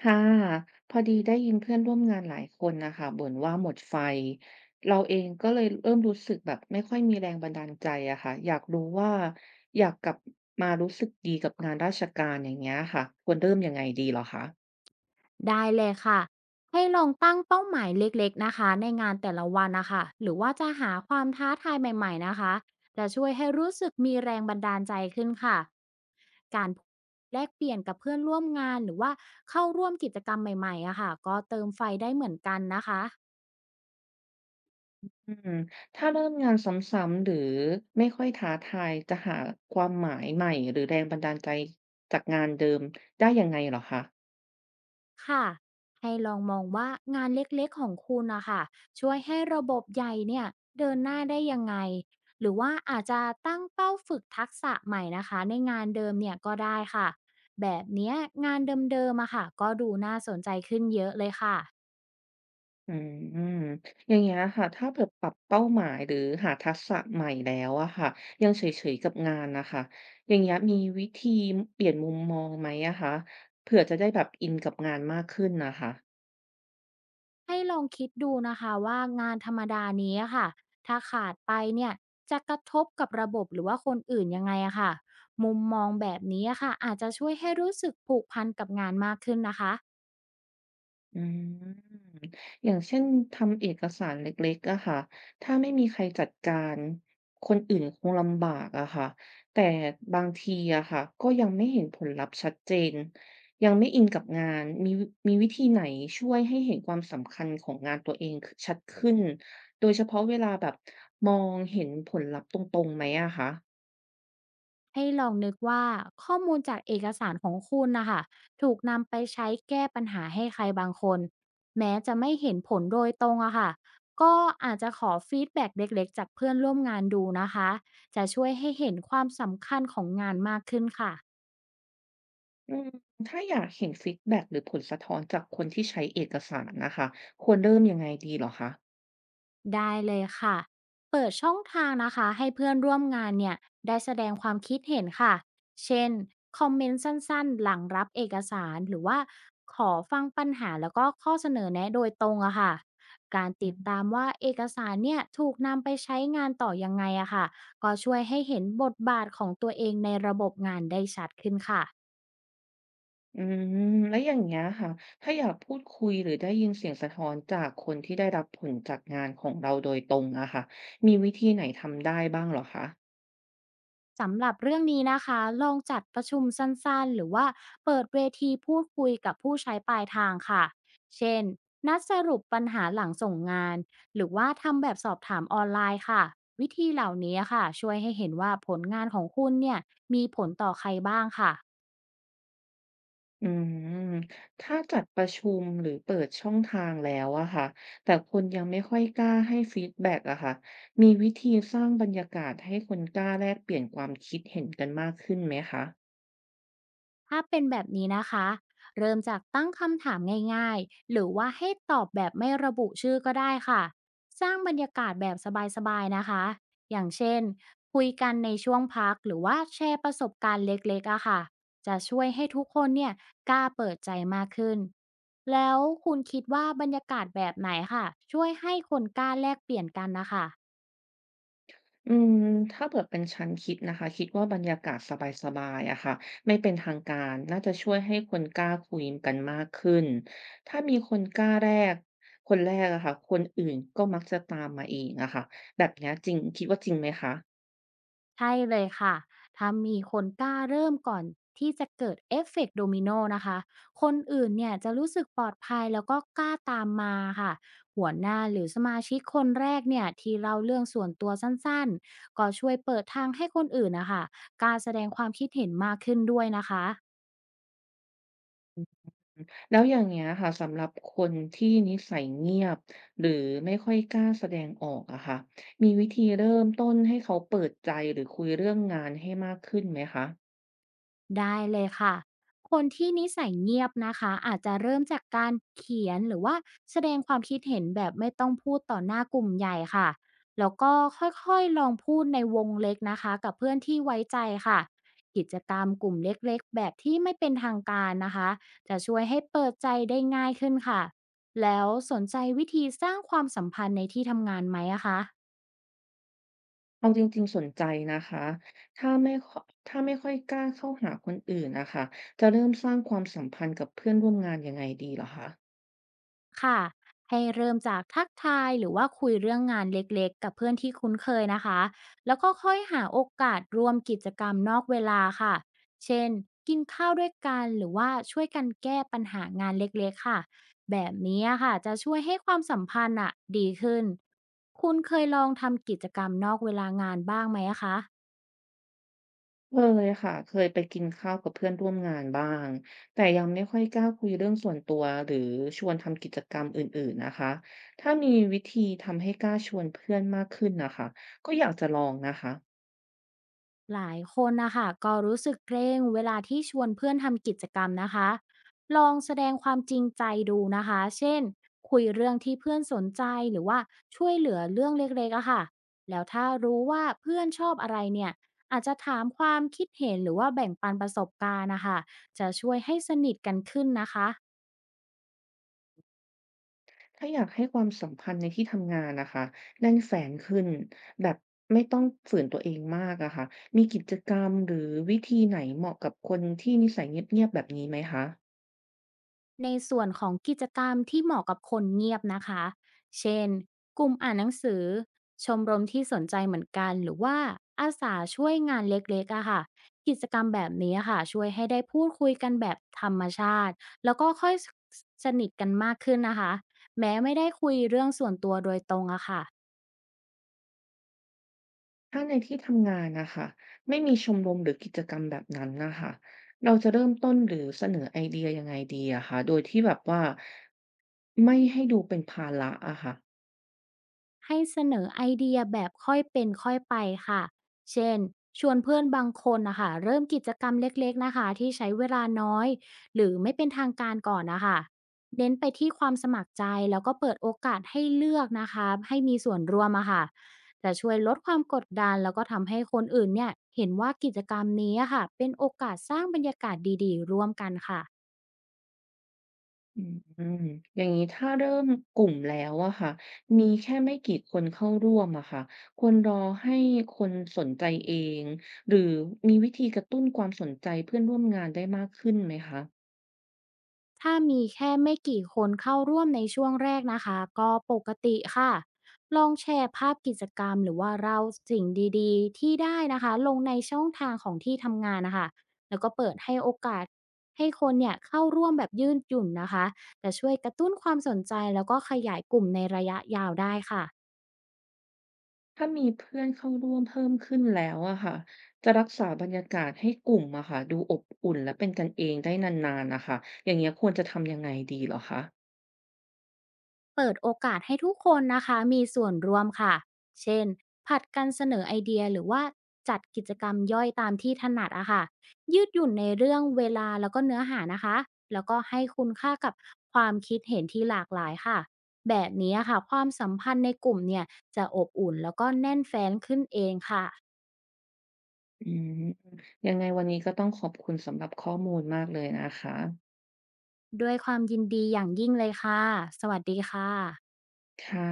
ค่ะพอดีได้ยินเพื่อนร่วมงานหลายคนนะคะบ่นว่าหมดไฟเราเองก็เลยเริ่มรู้สึกแบบไม่ค่อยมีแรงบันดาลใจอะค่ะอยากรู้ว่าอยากกลับมารู้สึกดีกับงานราชการอย่างเงี้ยค่ะควรเริ่มยังไงดีเหรอคะได้เลยค่ะให้ลองตั้งเป้าหมายเล็กๆนะคะในงานแต่ละวันนะคะหรือว่าจะหาความท้าทายใหม่ๆนะคะจะช่วยให้รู้สึกมีแรงบันดาลใจขึ้นค่ะการแลกเปลี่ยนกับเพื่อนร่วมงานหรือว่าเข้าร่วมกิจกรรมใหม่ๆอะค่ะก็เติมไฟได้เหมือนกันนะคะ อืมถ้าเริ่มงานซ้ำๆหรือไม่ค่อยท้าทายจะหาความหมายใหม่หรือแรงบันดาลใจจากงานเดิมได้ยังไงเหรอคะ ค่ะให้ลองมองว่างานเล็กๆของคุณนะคะช่วยให้ระบบใหญ่เนี่ยเดินหน้าได้ยังไงหรือว่าอาจจะตั้งเป้าฝึกทักษะใหม่นะคะในงานเดิมเนี่ยก็ได้ค่ะแบบเนี้ยงานเดิมๆอะค่ะก็ดูน่าสนใจขึ้นเยอะเลยค่ะอืมอย่างเงี้ยค่ะถ้าเผื่อปรับเป้าหมายหรือหาทักษะใหม่แล้วอะค่ะยังเฉยๆกับงานนะคะอย่างเงี้ยมีวิธีเปลี่ยนมุมมองไหมอะคะเผื่อจะได้แบบอินกับงานมากขึ้นนะคะ ให้ลองคิดดูนะคะว่างานธรรมดานี้อะค่ะถ้าขาดไปเนี่ยจะกระทบกับระบบหรือว่าคนอื่นยังไงอะค่ะมุมมองแบบนี้อะค่ะอาจจะช่วยให้รู้สึกผูกพันกับงานมากขึ้นนะคะ อืมอย่างเช่นทำเอกสารเล็กๆอะค่ะถ้าไม่มีใครจัดการคนอื่นคงลำบากอะค่ะแต่บางทีอะค่ะก็ยังไม่เห็นผลลัพธ์ชัดเจน ยังไม่อินกับงานมีวิธีไหนช่วยให้เห็นความสำคัญของงานตัวเองชัดขึ้น โดยเฉพาะเวลาแบบมองเห็นผลลัพธ์ตรงๆไหมอะคะให้ลองนึกว่าข้อมูลจากเอกสารของคุณนะคะถูกนำไปใช้แก้ปัญหาให้ใครบางคนแม้จะไม่เห็นผลโดยตรงอะค่ะก็อาจจะขอฟีดแบ็กเล็กๆจากเพื่อนร่วมงานดูนะคะจะช่วยให้เห็นความสำคัญของงานมากขึ้นค่ะ อืมถ้าอยากเห็นฟีดแบ็กหรือผลสะท้อนจากคนที่ใช้เอกสารนะคะควรเริ่มยังไงดีเหรอคะ ได้เลยค่ะ เปิดช่องทางนะคะให้เพื่อนร่วมงานเนี่ยได้แสดงความคิดเห็นค่ะ เช่นคอมเมนต์สั้นๆหลังรับเอกสารหรือว่าขอฟังปัญหาแล้วก็ข้อเสนอแนะโดยตรงอะค่ะ การติดตามว่าเอกสารเนี่ยถูกนำไปใช้งานต่อยังไงอะค่ะก็ช่วยให้เห็นบทบาทของตัวเองในระบบงานได้ชัดขึ้นค่ะ อืมแล้วอย่างเงี้ยค่ะถ้าอยากพูดคุยหรือได้ยินเสียงสะท้อนจากคนที่ได้รับผลจากงานของเราโดยตรงอะค่ะมีวิธีไหนทำได้บ้างเหรอคะสำหรับเรื่องนี้นะคะลองจัดประชุมสั้นๆหรือว่าเปิดเวทีพูดคุยกับผู้ใช้ปลายทางค่ะเช่นนัดสรุปปัญหาหลังส่งงานหรือว่าทำแบบสอบถามออนไลน์ค่ะวิธีเหล่านี้ค่ะช่วยให้เห็นว่าผลงานของคุณเนี่ยมีผลต่อใครบ้างค่ะ อืมถ้าจัดประชุมหรือเปิดช่องทางแล้วอะค่ะแต่คนยังไม่ค่อยกล้าให้ฟีดแบ็กอะค่ะมีวิธีสร้างบรรยากาศให้คนกล้าแลกเปลี่ยนความคิดเห็นกันมากขึ้นไหมคะ ถ้าเป็นแบบนี้นะคะเริ่มจากตั้งคำถามง่ายๆ หรือว่าให้ตอบแบบไม่ระบุชื่อก็ได้ค่ะ สร้างบรรยากาศแบบสบายๆนะคะอย่างเช่นคุยกันในช่วงพักหรือว่าแชร์ประสบการณ์เล็กๆอะค่ะจะช่วยให้ทุกคนเนี่ยกล้าเปิดใจมากขึ้นแล้วคุณคิดว่าบรรยากาศแบบไหนค่ะช่วยให้คนกล้าแลกเปลี่ยนกันนะคะ อืมถ้าเผื่อเป็นฉันคิดนะคะคิดว่าบรรยากาศสบายๆอะค่ะไม่เป็นทางการน่าจะช่วยให้คนกล้าคุยกันมากขึ้นถ้ามีคนกล้าแรกคนแรกอะค่ะคนอื่นก็มักจะตามมาเองอะค่ะแบบเนี้ยจริงคิดว่าจริงไหมคะใช่เลยค่ะ ถ้ามีคนกล้าเริ่มก่อนที่จะเกิดเอฟเฟกต์โดมิโนนะคะ คนอื่นเนี่ยจะรู้สึกปลอดภัยแล้วก็กล้าตามมาค่ะ หัวหน้าหรือสมาชิกคนแรกเนี่ยที่เล่าเรื่องส่วนตัวสั้นๆ ก็ช่วยเปิดทางให้คนอื่นนะคะกล้าแสดงความคิดเห็นมากขึ้นด้วยนะคะ อืมแล้วอย่างเงี้ยค่ะสำหรับคนที่นิสัยเงียบหรือไม่ค่อยกล้าแสดงออกอะค่ะมีวิธีเริ่มต้นให้เขาเปิดใจหรือคุยเรื่องงานให้มากขึ้นไหมคะ ได้เลยค่ะ คนที่นิสัยเงียบนะคะอาจจะเริ่มจากการเขียนหรือว่าแสดงความคิดเห็นแบบไม่ต้องพูดต่อหน้ากลุ่มใหญ่ค่ะแล้วก็ค่อยๆลองพูดในวงเล็กนะคะกับเพื่อนที่ไว้ใจค่ะกิจกรรมกลุ่มเล็กๆแบบที่ไม่เป็นทางการนะคะจะช่วยให้เปิดใจได้ง่ายขึ้นค่ะแล้วสนใจวิธีสร้างความสัมพันธ์ในที่ทำงานไหมอะคะ เอาจริงๆสนใจนะคะถ้าไม่คอถ้าไม่ค่อยกล้าเข้าหาคนอื่นนะคะจะเริ่มสร้างความสัมพันธ์กับเพื่อนร่วมงานยังไงดีเหรอคะค่ะให้เริ่มจากทักทายหรือว่าคุยเรื่องงานเล็กๆกับเพื่อนที่คุ้นเคยนะคะแล้วก็ค่อยหาโอกาสร่วมกิจกรรมนอกเวลาค่ะเช่นกินข้าวด้วยกันหรือว่าช่วยกันแก้ปัญหางานเล็กๆค่ะแบบนี้อะค่ะจะช่วยให้ความสัมพันธ์อะดีขึ้นคุณเคยลองทำกิจกรรมนอกเวลางานบ้างไหมอะคะ เคยค่ะเคยไปกินข้าวกับเพื่อนร่วมงานบ้าง แต่ยังไม่ค่อยกล้าคุยเรื่องส่วนตัวหรือชวนทำกิจกรรมอื่นๆนะคะถ้ามีวิธีทำให้กล้าชวนเพื่อนมากขึ้นนะคะก็อยากจะลองนะคะ หลายคนนะคะก็รู้สึกเกรงเวลาที่ชวนเพื่อนทำกิจกรรมนะคะลองแสดงความจริงใจดูนะคะเช่นคุยเรื่องที่เพื่อนสนใจหรือว่าช่วยเหลือเรื่องเล็กๆอะค่ะแล้วถ้ารู้ว่าเพื่อนชอบอะไรเนี่ยอาจจะถามความคิดเห็นหรือว่าแบ่งปันประสบการณ์นะคะจะช่วยให้สนิทกันขึ้นนะคะ ถ้าอยากให้ความสัมพันธ์ในที่ทำงานนะคะแน่นแฟ้นขึ้นแบบไม่ต้องฝืนตัวเองมากอะค่ะมีกิจกรรมหรือวิธีไหนเหมาะกับคนที่นิสัยเงียบๆแบบนี้ไหมคะในส่วนของกิจกรรมที่เหมาะกับคนเงียบนะคะ เช่น กลุ่มอ่านหนังสือ ชมรมที่สนใจเหมือนกัน หรือว่าอาสาช่วยงานเล็กๆอะค่ะ กิจกรรมแบบนี้อะค่ะช่วยให้ได้พูดคุยกันแบบธรรมชาติ แล้วก็ค่อยสนิทกันมากขึ้นนะคะ แม้ไม่ได้คุยเรื่องส่วนตัวโดยตรงอะค่ะ ถ้าในที่ทำงานนะคะไม่มีชมรมหรือกิจกรรมแบบนั้นนะคะเราจะเริ่มต้นหรือเสนอไอเดียยังไงดีอะคะโดยที่แบบว่าไม่ให้ดูเป็นภาระอะค่ะ ให้เสนอไอเดียแบบค่อยเป็นค่อยไปค่ะ เช่นชวนเพื่อนบางคนนะคะเริ่มกิจกรรมเล็กๆนะคะที่ใช้เวลาน้อย หรือไม่เป็นทางการก่อนนะคะเน้นไปที่ความสมัครใจแล้วก็เปิดโอกาสให้เลือกนะคะให้มีส่วนร่วมอะค่ะจะช่วยลดความกดดันแล้วก็ทำให้คนอื่นเนี่ยเห็นว่ากิจกรรมนี้อะค่ะเป็นโอกาสสร้างบรรยากาศดีๆร่วมกันค่ะ อืมอย่างนี้ถ้าเริ่มกลุ่มแล้วอะค่ะมีแค่ไม่กี่คนเข้าร่วมอะค่ะควรรอให้คนสนใจเองหรือมีวิธีกระตุ้นความสนใจเพื่อนร่วมงานได้มากขึ้นไหมคะถ้ามีแค่ไม่กี่คนเข้าร่วมในช่วงแรกนะคะก็ปกติค่ะลองแชร์ภาพกิจกรรมหรือว่าเราสิ่งดีๆที่ได้นะคะลงในช่องทางของที่ทำงานนะคะแล้วก็เปิดให้โอกาสให้คนเนี่ยเข้าร่วมแบบยืดหยุ่นนะคะจะช่วยกระตุ้นความสนใจแล้วก็ขยายกลุ่มในระยะยาวได้ค่ะ ถ้ามีเพื่อนเข้าร่วมเพิ่มขึ้นแล้วอะค่ะจะรักษาบรรยากาศให้กลุ่มอะค่ะดูอบอุ่นและเป็นกันเองได้นานๆนะคะอย่างเงี้ยควรจะทำยังไงดีเหรอคะเปิดโอกาสให้ทุกคนนะคะมีส่วนร่วมค่ะ เช่น ผัดกันเสนอไอเดียหรือว่าจัดกิจกรรมย่อยตามที่ถนัดอะค่ะ ยืดหยุ่นในเรื่องเวลาแล้วก็เนื้อหานะคะ แล้วก็ให้คุณค่ากับความคิดเห็นที่หลากหลายค่ะ แบบนี้อะค่ะความสัมพันธ์ในกลุ่มเนี่ยจะอบอุ่นแล้วก็แน่นแฟ้นขึ้นเองค่ะ อืมยังไงวันนี้ก็ต้องขอบคุณสำหรับข้อมูลมากเลยนะคะด้วยความยินดีอย่างยิ่งเลยค่ะสวัสดีค่ะค่ะ